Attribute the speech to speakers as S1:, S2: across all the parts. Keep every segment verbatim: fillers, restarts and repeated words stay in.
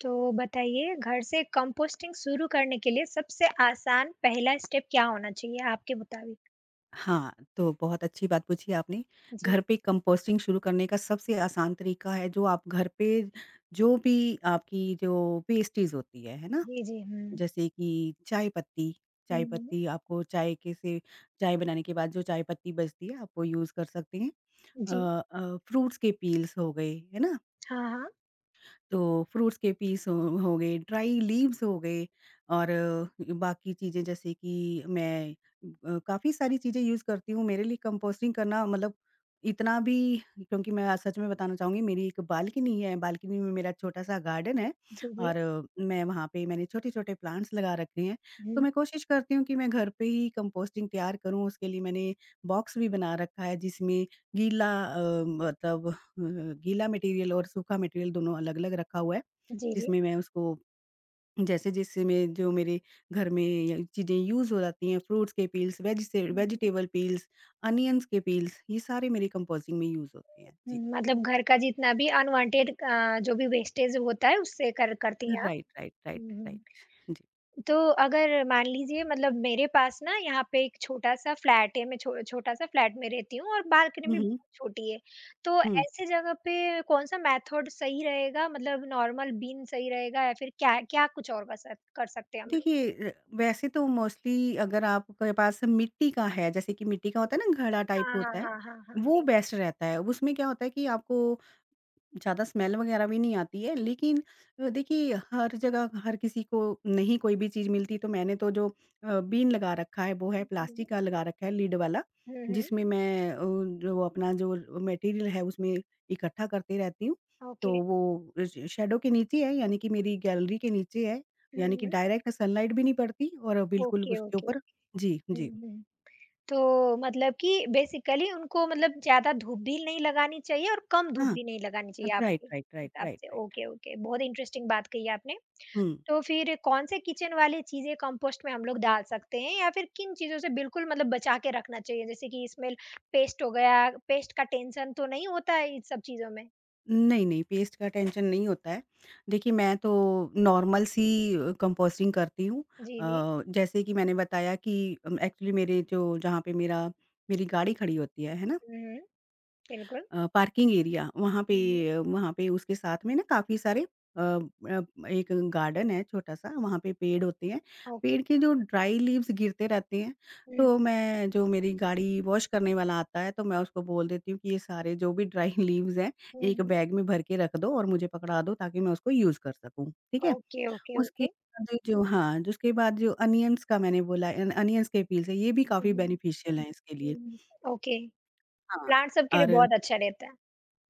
S1: तो बताइए घर से कंपोस्टिंग शुरू करने के लिए सबसे आसान पहला स्टेप क्या होना चाहिए आपके मुताबिक?
S2: हाँ, तो बहुत अच्छी बात पूछी आपने।
S1: जी,
S2: घर पे कंपोस्टिंग शुरू करने का सबसे आसान तरीका है जो आप घर पे जो भी आपकी जो वेस्टेज होती है, है ना?
S1: जी, जी, हुँ,
S2: जैसे कि चाय पत्ती, चाय
S1: हुँ,
S2: पत्ती आपको चाय के से चाय बनाने के बाद जो चाय पत्ती बचती है आप वो यूज़ कर सकते हैं। अ
S1: जी,
S2: अ, फ्रूट्स के पील्स हो गए, है ना?
S1: हाँ, हाँ,
S2: तो फ्रूट्स के पीस हो हो गए, ड्राई लीव्स हो गए और अ, बाकी चीज़ें जैसे कि मैं अ, काफ़ी सारी चीज़ें यूज़ करती हूँ। मेरे लिए कंपोस्टिंग करना मतलब इतना भी क्योंकि मैं सच में बताना चाहूँगी मेरी एक बालकनी है, बालकनी में मेरा छोटा-सा गार्डन है
S1: जी, जी,
S2: और अ, मैं वहाँ पे मैंने छोटे-छोटे प्लांट्स लगा रखे हैं। तो
S1: हुँ,
S2: मैं कोशिश करती हूँ कि मैं घर पे ही कंपोस्टिंग तैयार करूँ, उसके लिए मैंने बॉक्स भी बना रखा है जिसमें गीला अ, मतलब अ, गीला मटेरियल और सूखा मटेरियल दोनों अलग-अलग रखा हुआ है,
S1: जी, जी,
S2: जिसमें मैं उसको जैसे-जैसे मैं जो मेरे घर में ये चीज़ें यूज़ हो जाती हैं, फ्रूट्स के पील्स, वेजिसे
S1: हुँ, हुँ,
S2: वेजिटेबल पील्स, अनियंस के पील्स, ये सारे मेरी कंपोस्टिंग में यूज़ होते हैं।
S1: हुँ,
S2: जी।
S1: मतलब घर का जितना भी अनवांटेड अ, जो भी वेस्टेज होता है उससे कर करती हैं आप?
S2: राइट, राइट, राइट,
S1: हुँ, हुँ, हुँ।
S2: राइट। जी।
S1: तो अगर मान लीजिए मतलब मेरे पास ना यहाँ पे एक छोटा-सा फ्लैट है, मैं छो छोटा-सा फ्लैट में रहती हूँ और बालकनी
S2: हुँ,
S1: भी
S2: हुँ।
S1: बहुत छोटी है। तो
S2: हुँ।
S1: ऐसे जगह पे कौन-सा मेथड सही रहेगा मतलब नॉर्मल बीन सही रहेगा या फिर क्या क्या कुछ और कर सक कर सकते हैं हम लोग?
S2: देखिए, अ, वैसे तो मोस्टली अगर आपके पास मिट्टी का है, जैसे कि मिट्टी का
S1: हुँ,
S2: होता है
S1: हुँ।
S2: ना घड़ा टाइप
S1: हाँ, हाँ,
S2: होता है,
S1: हाँ, हाँ, हाँ,
S2: वो
S1: जी।
S2: बेस्ट रहता है। उसमें क्या होता है कि आपको ज़्यादा स्मेल वगैरह भी नहीं आती है, लेकिन अ, देखिए हर जगह हर किसी को नहीं कोई भी चीज़ मिलती तो मैंने तो जो अ, बीन लगा रखा है वो है
S1: हुँ, हुँ,
S2: प्लास्टिक
S1: हुँ,
S2: का लगा रखा है लिड वाला,
S1: हुँ, हुँ, हुँ,
S2: जिसमें मैं अ, जो अपना जो मटेरियल है उसमें इकट्ठा करती रहती हूँ। तो
S1: ओके।
S2: वो श शैडो के नीचे है यानी कि मेरी गैलरी के नीचे है,
S1: हुँ,
S2: यानी कि
S1: हुँ,
S2: डायरेक्ट सनलाइट भी नहीं पड़ती और बिल्कुल
S1: ओके,
S2: उसके
S1: ओके।
S2: ऊपर
S1: हुँ,
S2: जी, जी।
S1: हुँ। तो मतलब कि बेसिकली उनको मतलब ज़्यादा धूप भी नहीं लगानी चाहिए और कम धूप
S2: हाँ,
S1: भी नहीं लगानी चाहिए
S2: राइट,
S1: आपके
S2: राइट, राइट,
S1: हिसाब
S2: राइट,
S1: से।
S2: राइट।
S1: ओके, ओके, बहुत इंटरेस्टिंग बात कही आपने।
S2: हुँ।
S1: तो फिर कौन से किचन वाली चीज़ें कंपोस्ट में हम लोग डाल सकते हैं या फिर किन चीज़ों से बिल्कुल मतलब बचा के रखना चाहिए? जैसे कि स्मेल पेस्ट हो गया, पेस्ट का टेंशन तो नहीं होता है इन सब चीज़ों में?
S2: नहीं, नहीं, पेस्ट का टेंशन नहीं होता है। देखिए, मैं तो नॉर्मल सी अ, कंपोस्टिंग करती हूँ।
S1: जी, जी।
S2: अ, जैसे कि मैंने बताया कि अम, एक्चुअली मेरे जो जहाँ पे मेरा मेरी गाड़ी खड़ी होती है, है ना?
S1: हुँ, हुँ, बिल्कुल।
S2: अ, पार्किंग एरिया वहाँ पे
S1: हुँ, हुँ,
S2: वहाँ पे उसके साथ में ना काफ़ी सारे अ अ, एक गार्डन है छोटा-सा वहाँ पे पेड़ होते हैं।
S1: ओके।
S2: पेड़ के जो ड्राई लीव्स गिरते रहते हैं,
S1: हुँ,
S2: तो मैं जो मेरी गाड़ी वॉश करने वाला आता है तो मैं उसको बोल देती हूँ कि ये सारे जो भी ड्राई लीव्स हैं
S1: हुँ,
S2: एक
S1: हुँ।
S2: बैग में भर के रख दो और मुझे पकड़ा दो ताकि मैं उसको यूज़ कर सकूँ, ठीक है?
S1: ओके, ओके,
S2: उसके
S1: ओके।
S2: बाद जो हाँ, जो उसके बाद जो अनियन्स का मैंने बोला अन अनियन्स के पील्स हैं ये भी
S1: हुँ,
S2: काफ़ी
S1: हुँ,
S2: बेनिफिशियल हैं इसके लिए।
S1: हुँ, हुँ। ओके,
S2: हाँ,
S1: प्लांट सबके लिए
S2: और
S1: बहुत अच्छा रहता है।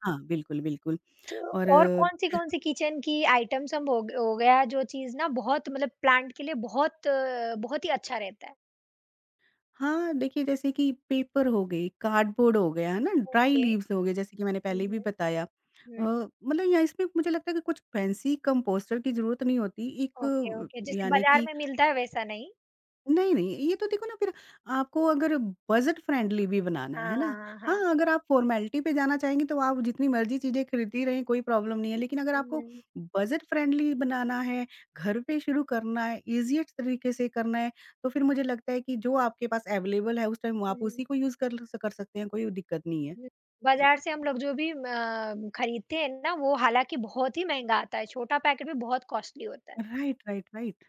S2: हाँ, बिल्कुल, बिल्कुल।
S1: तो
S2: और
S1: और कौन-सी,
S2: ज
S1: कौन-सी किचन की आइटम्स हम हो ग हो गया जो चीज़ ना बहुत मतलब प्लांट के लिए बहुत अ, बहुत ही अच्छा रहता है?
S2: हाँ, देखिए जैसे कि पेपर हो गई, कार्डबोर्ड हो गया, है ना? Dry
S1: okay.
S2: लीव्स हो गए जैसे कि मैंने
S1: हुँ,
S2: पहले भी
S1: हुँ।
S2: बताया। अ,
S1: हुँ,
S2: मतलब या इसमें मुझे लगता है कि कुछ फैंसी कंपोस्टर की ज़रूरत नहीं होती। एक
S1: ओके, ओके।
S2: अ,
S1: जैसे
S2: यानी
S1: बाज़ार
S2: कि
S1: में मिलता है वैसा नहीं?
S2: नहीं, नहीं, ये तो देखो ना फिर आपको अगर बजट फ्रेंडली भी बनाना है, है
S1: हाँ, हाँ,
S2: ना?
S1: हाँ, हाँ।
S2: हाँ, अगर आप फॉर्मेलिटी पे जाना चाहेंगी तो आप जितनी मर्ज़ी चीज़ें खरीदती रहें, कोई प्रॉब्लम नहीं है। लेकिन अगर आपको
S1: हुँ,
S2: बजट फ्रेंडली बनाना है, घर पे शुरू करना है, ईज़ीएस्ट तरीके से करना है, तो फिर मुझे लगता है कि जो आपके पास अवेलेबल है उस टाइम आप उसी
S1: हुँ,
S2: को यूज़ कर ल कर सकते हैं, कोई दिक्कत नहीं है।
S1: हुँ।
S2: जी।
S1: बाज़ार से हम लोग जो भी म अ, खरीदते हैं ना वो हालाँकि बहुत ही महँगा आता है, छोटा पैकेट भी बहुत कॉस्टली होता है।
S2: Right, right, right.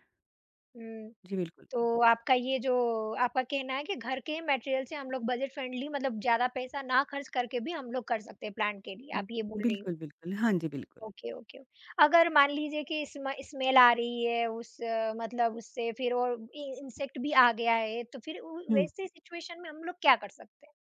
S1: हुँ।
S2: जी, बिल्कुल।
S1: तो आपका ये जो आपका कहना है कि घर के मटेरियल से हम लोग बजट फ्रेंडली मतलब ज़्यादा पैसा ना खर्च करके भी हम लोग कर सकते हैं प्लांट के लिए, आप
S2: उम,
S1: ये बोल रही हो?
S2: बिल्कुल, बिल्कुल। हाँ जी, बिल्कुल।
S1: Okay, okay. अगर मान लीजिए कि स्म स्मेल आ रही है उस अ, मतलब उससे फिर और इ इंसेक्ट भी आ गया है, तो फिर उ
S2: हुँ।
S1: वैसे सिचुएशन में हम लोग क्या कर सकते हैं?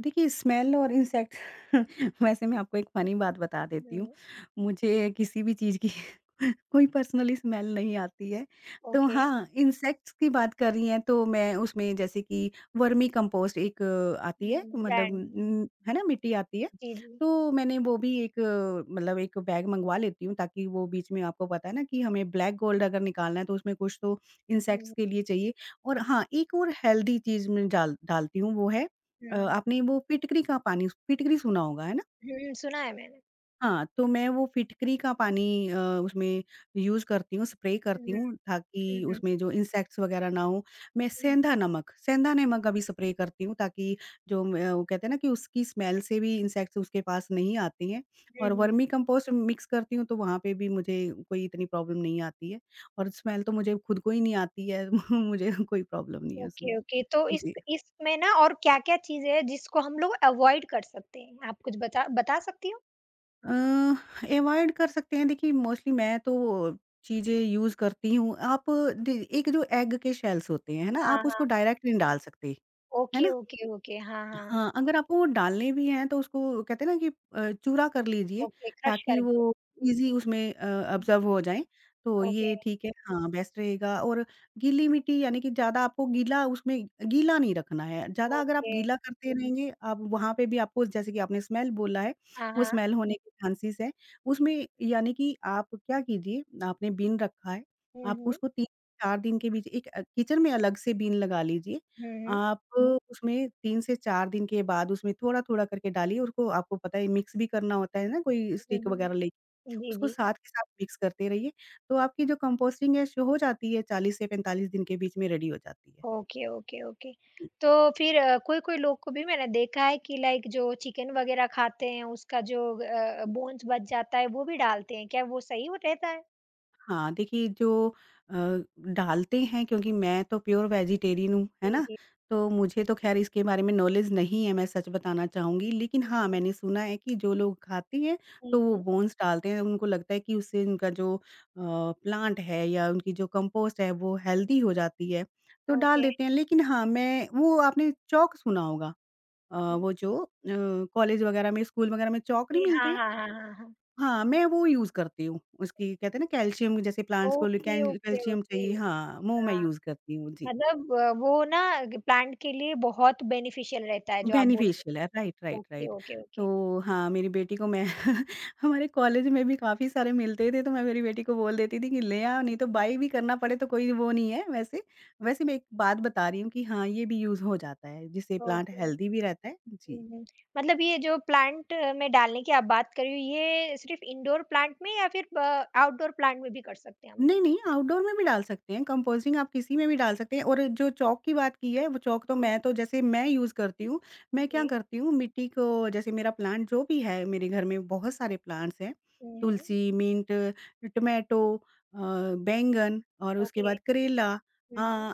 S2: देखिए, स्मेल और इंसेक्ट वैसे मैं आपको एक फ़नी बात बता देती हूँ।
S1: हुँ,
S2: मुझे किसी भी चीज़ की कोई पर्सनली स्मेल नहीं आती है। तो
S1: ओके।
S2: हाँ, इंसेक्ट्स की बात कर रही हैं तो मैं उसमें जैसे कि वर्मी कंपोस्ट एक अ, आती है
S1: हुँ,
S2: मतलब
S1: ब्रांड हुँ,
S2: उम, है ना मिट्टी आती है।
S1: जी, जी।
S2: तो मैंने वो भी एक अ, मतलब एक बैग मँगवा लेती हूँ ताकि वो बीच में आपको पता है ना कि हमें ब्लैक गोल्ड अगर निकालना है तो उसमें कुछ तो इंसेक्ट्स
S1: हुँ,
S2: के लिए चाहिए। और हाँ, एक और हेल्दी चीज़ मैं डाल डालती हूँ वो है अ,
S1: हुँ।
S2: आपने वो फिटकरी का पानी फिटकरी सुना होगा, है ना?
S1: हुँ, सुना है मैंने।
S2: हाँ, तो मैं वो फिटकरी का पानी अ, उसमें यूज़ करती हूँ, स्प्रे
S1: हुँ,
S2: करती हूँ
S1: हुँ,
S2: ताकि
S1: हुँ,
S2: उसमें जो इंसेक्ट्स वगैरह ना हो। मैं
S1: हुँ,
S2: सेंधा नमक सेंधा नमक अभी स्प्रे करती हूँ ताकि जो म अ, वो कहते हैं ना कि उसकी स्मेल से भी इंसेक्ट्स उसके पास नहीं आते हैं
S1: हुँ,
S2: और
S1: हुँ।
S2: वर्मी कंपोस्ट मिक्स करती हूँ, तो वहाँ पे भी मुझे कोई इतनी प्रॉब्लम नहीं आती है और स्मेल तो मुझे खुद को ही नहीं आती है, मुझे कोई प्रॉब्लम नहीं है उसमें।
S1: Okay, okay. तो इस
S2: जी।
S1: इसमें ना और क्या-क्या चीज़ें हैं जिसको हम लोग अवॉइड कर सकते हैं? आप कुछ बता बता सकती हो?
S2: अ, अवॉइड कर सकते हैं देखिए मोस्टली मैं तो चीज़ें यूज़ करती हूँ। आप दे एक जो एग के शेल्स होते हैं, है ना?
S1: हाँ,
S2: आप उसको
S1: हाँ।
S2: डायरेक्ट नहीं डाल सकते, है
S1: ओके,
S2: ना?
S1: Okay, okay. हाँ, हाँ।
S2: हाँ, अगर आपको वो डालने भी हैं तो उसको कहते हैं ना कि अ, चूरा कर लीजिए
S1: ओके, क्रश
S2: ताकि
S1: करके।
S2: वो ईज़ी उसमें अ, ऑब्ज़र्व हो जाएँ, तो
S1: ओके,
S2: ये ठीक है हाँ, बेस्ट रहेगा और गीली मिट्टी यानी कि ज़्यादा आपको गीला उसमें गीला नहीं रखना है, ज़्यादा अगर आप
S1: ओके।
S2: गीला करते रहेंगे आप वहाँ पे भी आपको जैसे कि आपने स्मेल बोला है,
S1: हाँ,
S2: वो
S1: हाँ।
S2: स्मेल होने के चांसेस हैं। उसमें यानी कि आप क्या कीजिए, आपने बिन रखा है,
S1: हुँ,
S2: आप
S1: हुँ।
S2: उसको तीन चार दिन के बीच एक अ, किचन में अलग से बिन लगा लीजिए
S1: हुँ, हुँ।
S2: आप हुँ। उसमें तीन से चार दिन के बाद उसमें थोड़ा-थोड़ा करके डालिए, उसको आपको पता है मिक्स भी करना होता है ना कोई
S1: हुँ,
S2: स्टिक
S1: हुँ।
S2: वगैरह ले
S1: जी,
S2: उसको
S1: जी।
S2: साथ के साथ मिक्स करते रहिए, तो आपकी जो कंपोस्टिंग है श हो जाती है चालीस से पैंतालीस दिन के बीच में रेडी हो जाती है।
S1: Okay, okay, okay. तो फिर अ, कोई-कोई लोग को भी मैंने देखा है कि लाइक जो चिकन वगैरह खाते हैं उसका जो अ, बोन्स बच जाता है वो भी डालते हैं। क्या वो सही वो रहता है?
S2: हाँ, देखिए जो अ, डालते हैं क्योंकि मैं तो प्योर वेजिटेरियन हूँ, है
S1: जी,
S2: ना?
S1: जी।
S2: तो मुझे तो ख़ैर इसके बारे में नॉलेज नहीं है, मैं सच बताना चाहूँगी। लेकिन
S1: हुँ,
S2: हाँ,
S1: हुँ।
S2: मैंने सुना है कि जो लोग खाते हैं,
S1: हुँ,
S2: तो वो
S1: हुँ।
S2: बोन्स डालते हैं, उनको लगता है कि उससे उनका जो अ, प्लांट है या उनकी जो कंपोस्ट है, वो हेल्दी हो जाती है, तो डाल
S1: ओके।
S2: देते हैं। लेकिन हाँ, मैं वो आपने चॉक सुना होगा अ, वो जो अ, कॉलेज वग़ैरह में, स्कूल वग़ैरह में चॉक नहीं
S1: जी,
S2: मिलते
S1: हाँ,
S2: हैं?
S1: हाँ, हाँ, हाँ, हाँ।
S2: हाँ, मैं वो यूज़ करती हूँ, उसकी कहते हैं ना कैल्शियम जैसे प्लांट्स को
S1: ओके,
S2: कैल
S1: ओके,
S2: कैल्शियम चाहिए
S1: ओके।
S2: हाँ, वो मैं
S1: हाँ,
S2: यूज़ करती हूँ, जी।
S1: मतलब अ, वो ना ग प्लांट के लिए बहुत बेनिफिशियल रहता है जो आप बोल
S2: बेनिफिशियल
S1: रहे
S2: है, राइट,
S1: हो।
S2: Right,
S1: okay,
S2: right.
S1: Okay, okay.
S2: तो हाँ, मेरी बेटी को मैं हमारे कॉलेज में भी काफ़ी सारे मिलते थे, तो मैं मेरी बेटी को बोल देती थी कि ले आओ,
S1: हुँ,
S2: नहीं तो
S1: हुँ।
S2: बाय भी करना पड़े तो कोई वो नहीं है वैसे। वैसे मैं एक बात बता रही हूँ कि हाँ, ये भी यूज़ हो जाता है, जिससे प्लांट
S1: ओके।
S2: हेल्दी भी रहता है।
S1: हुँ,
S2: जी।
S1: हुँ। मतलब ये जो प्लांट में डालने की आप बात कर रहे हो, ये सिर्फ़ इंडोर प्लांट में या फिर ब आउटडोर प्लांट में भी कर सकते हैं हम लोग?
S2: नहीं, नहीं, आउटडोर में भी डाल सकते हैं, कंपोस्टिंग आप किसी में भी डाल सकते हैं और जो चॉक की बात की है, वो चॉक तो
S1: हुँ, हुँ।
S2: मैं तो जैसे मैं यूज़ करती हूँ, मैं क्या करती हूँ मिट्टी को जैसे मेरा प्लांट जो भी है, मेरे घर में बहुत सारे प्लांट्स हैं, तुलसी, मिंट, टोमेटो अ, बैंगन और उसके
S1: ओके।
S2: बाद
S1: हुँ,
S2: करेला
S1: हुँ। हुँ, हुँ।
S2: हाँ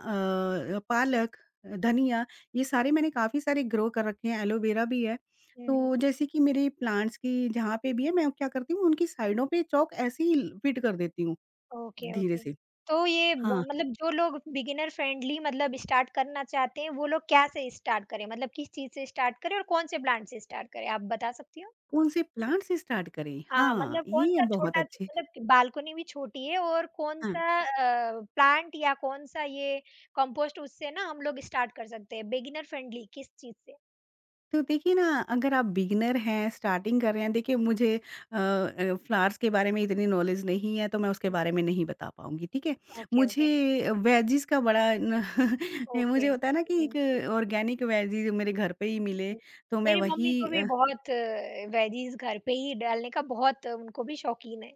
S2: अ, पालक, धनिया ये सारे मैंने काफ़ी सारे ग्रो कर रखे हैं, एलोवेरा भी है।
S1: हुँ, हुँ।
S2: तो जैसे कि मेरे प्लांट्स की जहाँ पे भी है, मैं क्या करती हूँ उनकी साइडों पे चॉक ऐसे ही फिट कर देती हूँ।
S1: ओके,
S2: धीरे
S1: ओके।
S2: से।
S1: तो ये ब
S2: हाँ,
S1: मतलब जो लोग बिगिनर फ्रेंडली मतलब स्टार्ट करना चाहते हैं, वो लोग क्या से स्टार्ट करें? मतलब किस चीज़ से स्टार्ट करें और कौन से प्लांट से स्टार्ट करें? आप बता सकती हो?
S2: कौन से प्लांट से स्टार्ट करें?
S1: हाँ,
S2: हाँ,
S1: मतलब
S2: ये
S1: कौन-सा
S2: बहुत
S1: छोटा
S2: अच्छे
S1: मतलब कि बालकनी भी छोटी है और
S2: हाँ,
S1: कौन-सा अ, प्लांट या कौन-सा ये कंपोस्ट उससे ना हम लोग स्टार्ट कर सकते हैं, बिगिनर फ्रेंडली किस चीज़ से?
S2: तो देखिए ना अगर आप बिगिनर हैं, स्टार्टिंग
S1: हुँ,
S2: कर रहे हैं, देखिए मुझे अ अ, फ्लावर्स के बारे में इतनी नॉलेज नहीं है, तो मैं उसके
S1: हुँ।
S2: बारे में नहीं बता पाऊँगी, ठीक है?
S1: ओके,
S2: मुझे
S1: ओके,
S2: वेजीज़ का बड़ा न मुझे
S1: ओके।
S2: होता है ना कि
S1: हुँ,
S2: एक ऑर्गेनिक वेजीज़ मेरे घर पे ही मिले,
S1: हुँ।
S2: तो मैं
S1: मेरी मम्मी
S2: वही
S1: को भी
S2: अ
S1: बहुत वेजीज़ घर पे ही डालने का बहुत अ, उनको भी शौकीन है।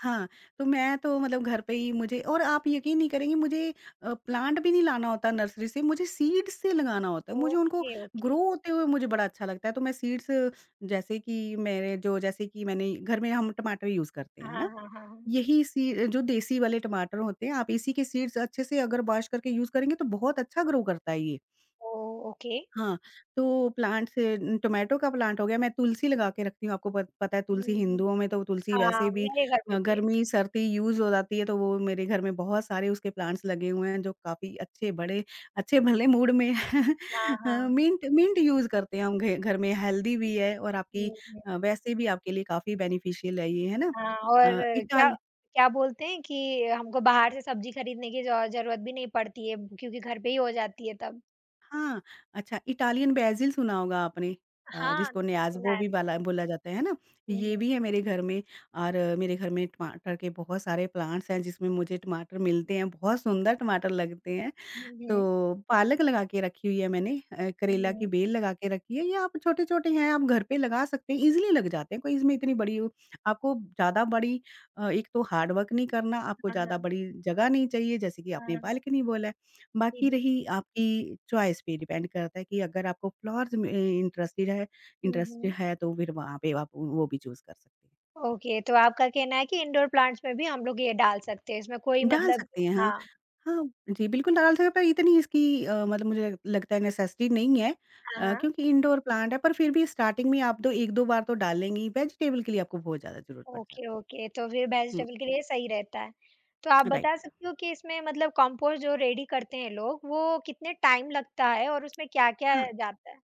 S2: हाँ, तो मैं तो मतलब घर पे ही मुझे और आप यकीन नहीं करेंगी मुझे अ, प्लांट भी नहीं लाना होता नर्सरी से, मुझे सीड्स से लगाना होता है। मुझे उनको
S1: ओके, ओके।
S2: ग्रो होते हुए मुझे बड़ा अच्छा लगता है। तो मैं सीड्स जैसे कि मेरे जो जैसे कि मैंने घर में हम टमाटर यूज़ करते हैं,
S1: हाँ,
S2: है ना?
S1: हाँ, हाँ, हाँ।
S2: यही सी जो देसी वाले टमाटर होते हैं, आप इसी के सीड्स अच्छे से अगर वॉश करके यूज़ करेंगे तो बहुत अच्छा ग्रो करता है ये।
S1: ओह! ओके।
S2: हाँ, तो प्लांट्स टोमेटो का प्लांट हो गया, मैं तुलसी लगा के रखती हूँ, आपको पत पता है तुलसी
S1: हुँ, हुँ।
S2: हिंदुओं में तो तुलसी
S1: हाँ,
S2: वैसे भी
S1: मेरे घर पे
S2: अ,
S1: भी है।
S2: गर्मी-सर्दी यूज़ हो जाती है, तो वो मेरे घर में बहुत सारे उसके प्लांट्स लगे हुए हैं, जो काफ़ी अच्छे बड़े अच्छे-भले मूड में
S1: हाँ,
S2: अ,
S1: हाँ।
S2: मिंट मिंट यूज़ करते हैं हम घे घर में, हेल्दी भी है और आपकी
S1: हुँ, हुँ।
S2: अ, वैसे भी आपके लिए काफ़ी बेनिफिशियल है ये, है ना?
S1: हाँ, और
S2: अ,
S1: क्या
S2: इटाल
S1: क्या बोलते हैं कि हमको बाहर से सब्ज़ी खरीदने की ज़ ज़रूरत भी नहीं पड़ती है क्योंकि घर पे ही हो जाती है तब।
S2: हाँ, अच्छा इटालियन बेसिल सुना होगा आपने अ,
S1: हाँ,
S2: जिसको
S1: सुना
S2: न्याज़वो
S1: है।
S2: भी बाला बोला जाता है, है ना?
S1: हुँ,
S2: ये
S1: हुँ।
S2: भी है मेरे घर में। और अ, मेरे घर में टमाटर के बहुत सारे प्लांट्स हैं, जिसमें मुझे टमाटर मिलते हैं, बहुत सुंदर टमाटर लगते हैं।
S1: हुँ, हुँ।
S2: तो पालक लगा के रखी हुई है मैंने, अ,
S1: हुँ,
S2: करेला की
S1: हुँ।
S2: बेल लगा के रखी है। या आप छोटे-छोटे हैं, आप घर पे लगा सकते हैं, ईज़िली लग जाते हैं, कोई इसमें इतनी बड़ी वो आपको ज़्यादा बड़ी, अ, एक तो हार्ड वर्क नहीं करना, आपको
S1: हाँ,
S2: ज़्यादा
S1: हाँ,
S2: बड़ी जगह नहीं चाहिए जैसे कि
S1: हाँ,
S2: आपने
S1: हाँ।
S2: बालकनी बोला है।
S1: जी,
S2: बाकी
S1: जी।
S2: रही आपकी चॉइस पे डिपेंड करता है कि अगर आपको फ्लावर्स में इंटरेस्टेड है,
S1: हुँ,
S2: इंटरेस्ट
S1: हुँ।
S2: है तो फिर वहाँ पे आप वो भी चूज़ कर सकते हैं।
S1: ओके, तो आपका कहना है कि इंडोर प्लांट्स में भी हम लोग ये डाल सकते हैं, इसमें कोई
S2: डाल
S1: मतलब
S2: सकते हैं, हाँ।
S1: हाँ।
S2: हाँ, जी, बिल्कुल डाल सकते हैं, पर इतनी इसकी अ, मतलब मुझे लग लगता है नेसेसिटी नहीं है,
S1: हाँ,
S2: अ,
S1: हाँ।
S2: क्योंकि इंडोर प्लांट है, पर फिर भी स्टार्टिंग में आप तो एक दो बार तो डालेंगे ही, वेजिटेबल के लिए आपको बहुत ज़्यादा ज़रूरत पड़
S1: ओके,
S2: जाती
S1: ओके, तो फिर
S2: है। हुँ,
S1: वेजिटेबल के लिए सही रहता है। तो आप
S2: राइट।
S1: बता सकते हो कि इसमें मतलब कंपोस्ट जो रेडी करते हैं लोग, वो कितने टाइम लगता है और उसमें क्या-क्या
S2: हाँ।
S1: जाता है?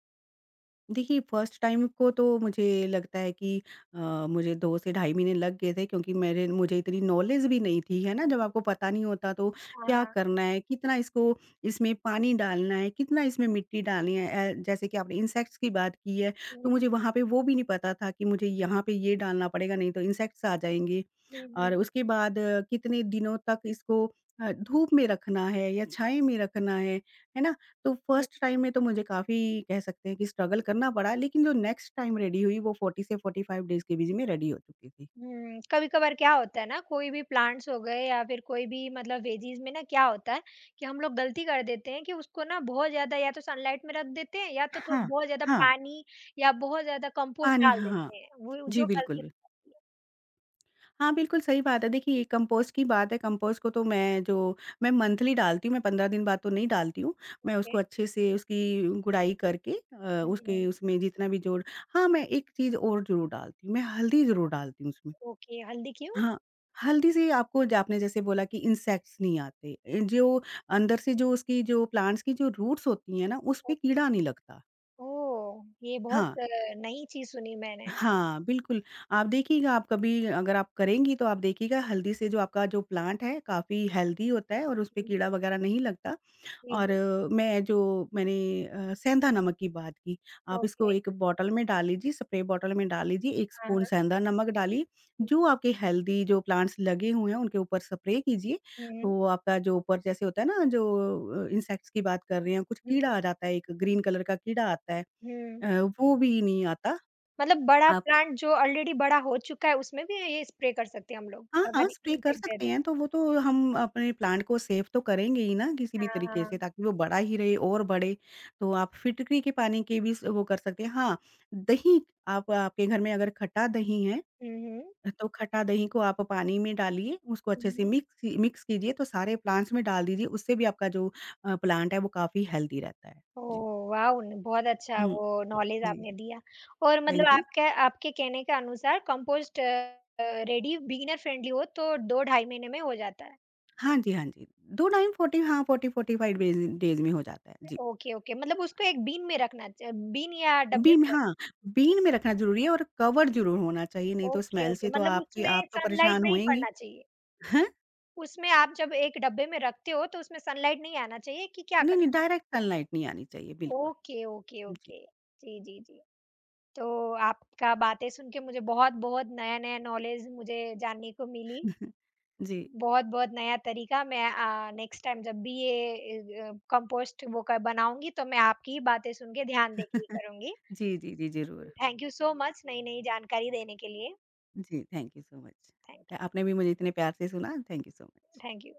S2: देखिए, फर्स्ट टाइम को तो मुझे लगता है कि अ, मुझे दो से ढाई महीने लग गए थे क्योंकि मेरे मुझे इतनी नॉलेज भी नहीं थी, है ना? जब
S1: हुँ,
S2: आपको पता नहीं होता तो
S1: हाँ,
S2: क्या
S1: हाँ।
S2: करना है, कितना इसको इसमें पानी डालना है, कितना इसमें मिट्टी डालनी है। अ, जैसे कि आपने इंसेक्ट्स की बात की है, तो
S1: हुँ,
S2: मुझे वहाँ पे वो भी नहीं पता था कि मुझे यहाँ पे ये डालना पड़ेगा, नहीं तो इंसेक्ट्स आ जाएँगे।
S1: हुँ,
S2: और
S1: हुँ,
S2: उसके बाद अ, कितने दिनों तक इसको अ, धूप में रखना है या छाया में रखना है, है ना? तो
S1: हुँ,
S2: फर्स्ट टाइम में तो मुझे काफ़ी कह सकते हैं कि स्ट्रगल करना पड़ा, लेकिन जो नेक्स्ट टाइम रेडी हुई वो फ़ोर्टी से फ़ोर्टी फ़ाइव डेज़ के बीच में रेडी हो चुकी थी।
S1: हुँ। कभी-कभार क्या होता है ना, कोई भी प्लांट्स हो गए या फिर कोई भी मतलब वेजीज़ में ना क्या होता है कि हम लोग गलती कर देते हैं कि उसको ना बहुत ज़्यादा या तो सनलाइट में रख देते हैं या तो थो
S2: हाँ,
S1: बहुत ज़्यादा
S2: हाँ।
S1: पानी या बहुत ज़्यादा कंपोस्ट
S2: पानी
S1: डाल
S2: हाँ।
S1: देते हैं, वो
S2: जी,
S1: जो
S2: बिल्कुल,
S1: गलती हो
S2: बिल
S1: जाती है।
S2: हाँ, बिल्कुल सही बात है। देखिए, ये कंपोस्ट की बात है। कंपोस्ट को तो मैं जो मैं मंथली डालती हूँ, मैं पंद्रह दिन बाद तो नहीं डालती हूँ। मैं
S1: ओके।
S2: उसको अच्छे से उसकी गुड़ाई करके अ,
S1: हुँ,
S2: उसके
S1: हुँ।
S2: उसमें जितना भी जोड़, हाँ, मैं एक चीज़ और ज़रूर डालती हूँ, मैं हल्दी ज़रूर डालती हूँ उसमें।
S1: ओके, हल्दी क्यों?
S2: हाँ, हल्दी से आपको ज आपने जैसे बोला कि इंसेक्ट्स नहीं आते। अ, जो अंदर से जो उसकी जो प्लांट्स की जो रूट्स होती हैं ना, उसपे
S1: ओके।
S2: कीड़ा नहीं लगता।
S1: ओह! ये बहुत
S2: हाँ,
S1: अ, नई चीज़ सुनी मैंने।
S2: हाँ, बिल्कुल। आप देखिएगा, आप कभी अगर आप करेंगी तो आप देखिएगा हल्दी से जो आपका जो प्लांट है काफ़ी हेल्दी होता है और उसपे
S1: हुँ,
S2: कीड़ा
S1: हुँ।
S2: वगैरह नहीं लगता।
S1: जी,
S2: और
S1: जी।
S2: अ, मैं जो मैंने अ, सेंधा नमक की बात की, आप
S1: ओके।
S2: इसको एक बॉटल में डाल लीजिए, स्प्रे बॉटल में डाल लीजिए, एक
S1: हाँ, हाँ।
S2: स्पून सेंधा नमक डालिए, जो आपके हेल्दी जो प्लांट्स लगे हुए हैं, उनके ऊपर स्प्रे कीजिए,
S1: हुँ,
S2: तो आपका जो ऊपर जैसे होता है ना, जो अ, इंसेक्ट्स की बात कर रहे हैं, कुछ
S1: हुँ,
S2: कीड़ा आ जाता है, एक ग्रीन कलर का कीड़ा आता है,
S1: हुँ।
S2: अ, वो भी नहीं आता।
S1: मतलब बड़ा
S2: आप
S1: प्लांट जो ऑलरेडी बड़ा हो चुका है उसमें भी ये स्प्रे कर सकते हैं हम लोग,
S2: हाँ, हाँ,
S1: अगर
S2: स्प्रे कर
S1: इंसेक्ट है
S2: सकते
S1: तो?
S2: हैं तो वो तो हम अपने प्लांट को सेव तो करेंगे ही ना किसी भी
S1: हाँ,
S2: तरीके से,
S1: हाँ।
S2: ताकि वो बड़ा ही रहे और बढ़े। तो आप फिटकरी के पानी के भी स वो कर सकते हैं। हाँ, दही, आप आपके घर में अगर खट्टा दही है,
S1: हुँ, हुँ।
S2: तो खट्टा दही को आप पानी में डालिए, उसको
S1: हुँ,
S2: अच्छे से
S1: हुँ।
S2: मिक्स मिक्स कीजिए तो सारे प्लांट्स में डाल दीजिए, उससे भी आपका जो अ, प्लांट है वो काफ़ी हेल्दी रहता है। जी।
S1: Oh wow! बहुत अच्छा
S2: हुँ,
S1: वो नॉलेज
S2: जी,
S1: आपने दिया और मतलब
S2: थैंक यू।
S1: आपके आपके कहने के अनुसार कंपोस्ट अ, रेडी बिगिनर फ्रेंडली हो तो दो ढाई महीने में हो जाता है।
S2: हाँ जी, हाँ जी। दो टाइम फ़ोर्टी हाँ, forty forty five days days में हो जाता है। जी।
S1: ओके, ओके मतलब उसको एक बीन में रखना च बीन या डब्बे
S2: बिन
S1: में रख
S2: हाँ, बिन में रखना ज़रूरी है और कवर्ड ज़रूर होना चाहिए, नहीं तो
S1: ओके,
S2: स्मेल
S1: ओके
S2: से तो
S1: मतलब
S2: आपकी
S1: उसमें
S2: आप तो
S1: सनलाइट
S2: परेशान
S1: नहीं
S2: होएँगी।
S1: पड़ना चाहिए।
S2: हैं?
S1: उसमें आप जब एक डब्बे में रखते हो तो उसमें सनलाइट नहीं आना चाहिए कि क्या
S2: नहीं, नहीं,
S1: करना है?
S2: डायरेक्ट सनलाइट नहीं आनी चाहिए, बिल्कुल।
S1: ओके, ओके,
S2: जी।
S1: ओके। जी, जी, जी। तो आपका बातें सुन के मुझे बहुत-बहुत नया-नया नॉलेज मुझे जानने को मिली।
S2: जी।
S1: बहुत-बहुत नया तरीका मैं अ, नेक्स्ट टाइम जब भी ये अ, कंपोस्ट वो क बनाऊँगी तो मैं आपकी ही बातें सुन के ध्यान देके ही करूँगी।
S2: जी, जी, जी, ज़रूर।
S1: थैंक यू सो मच नई-नई जानकारी देने के लिए।
S2: जी, thank you so much.
S1: Thank
S2: आपने भी मुझे इतने प्यार से सुना, thank you so
S1: you.
S2: Much.
S1: Thank you.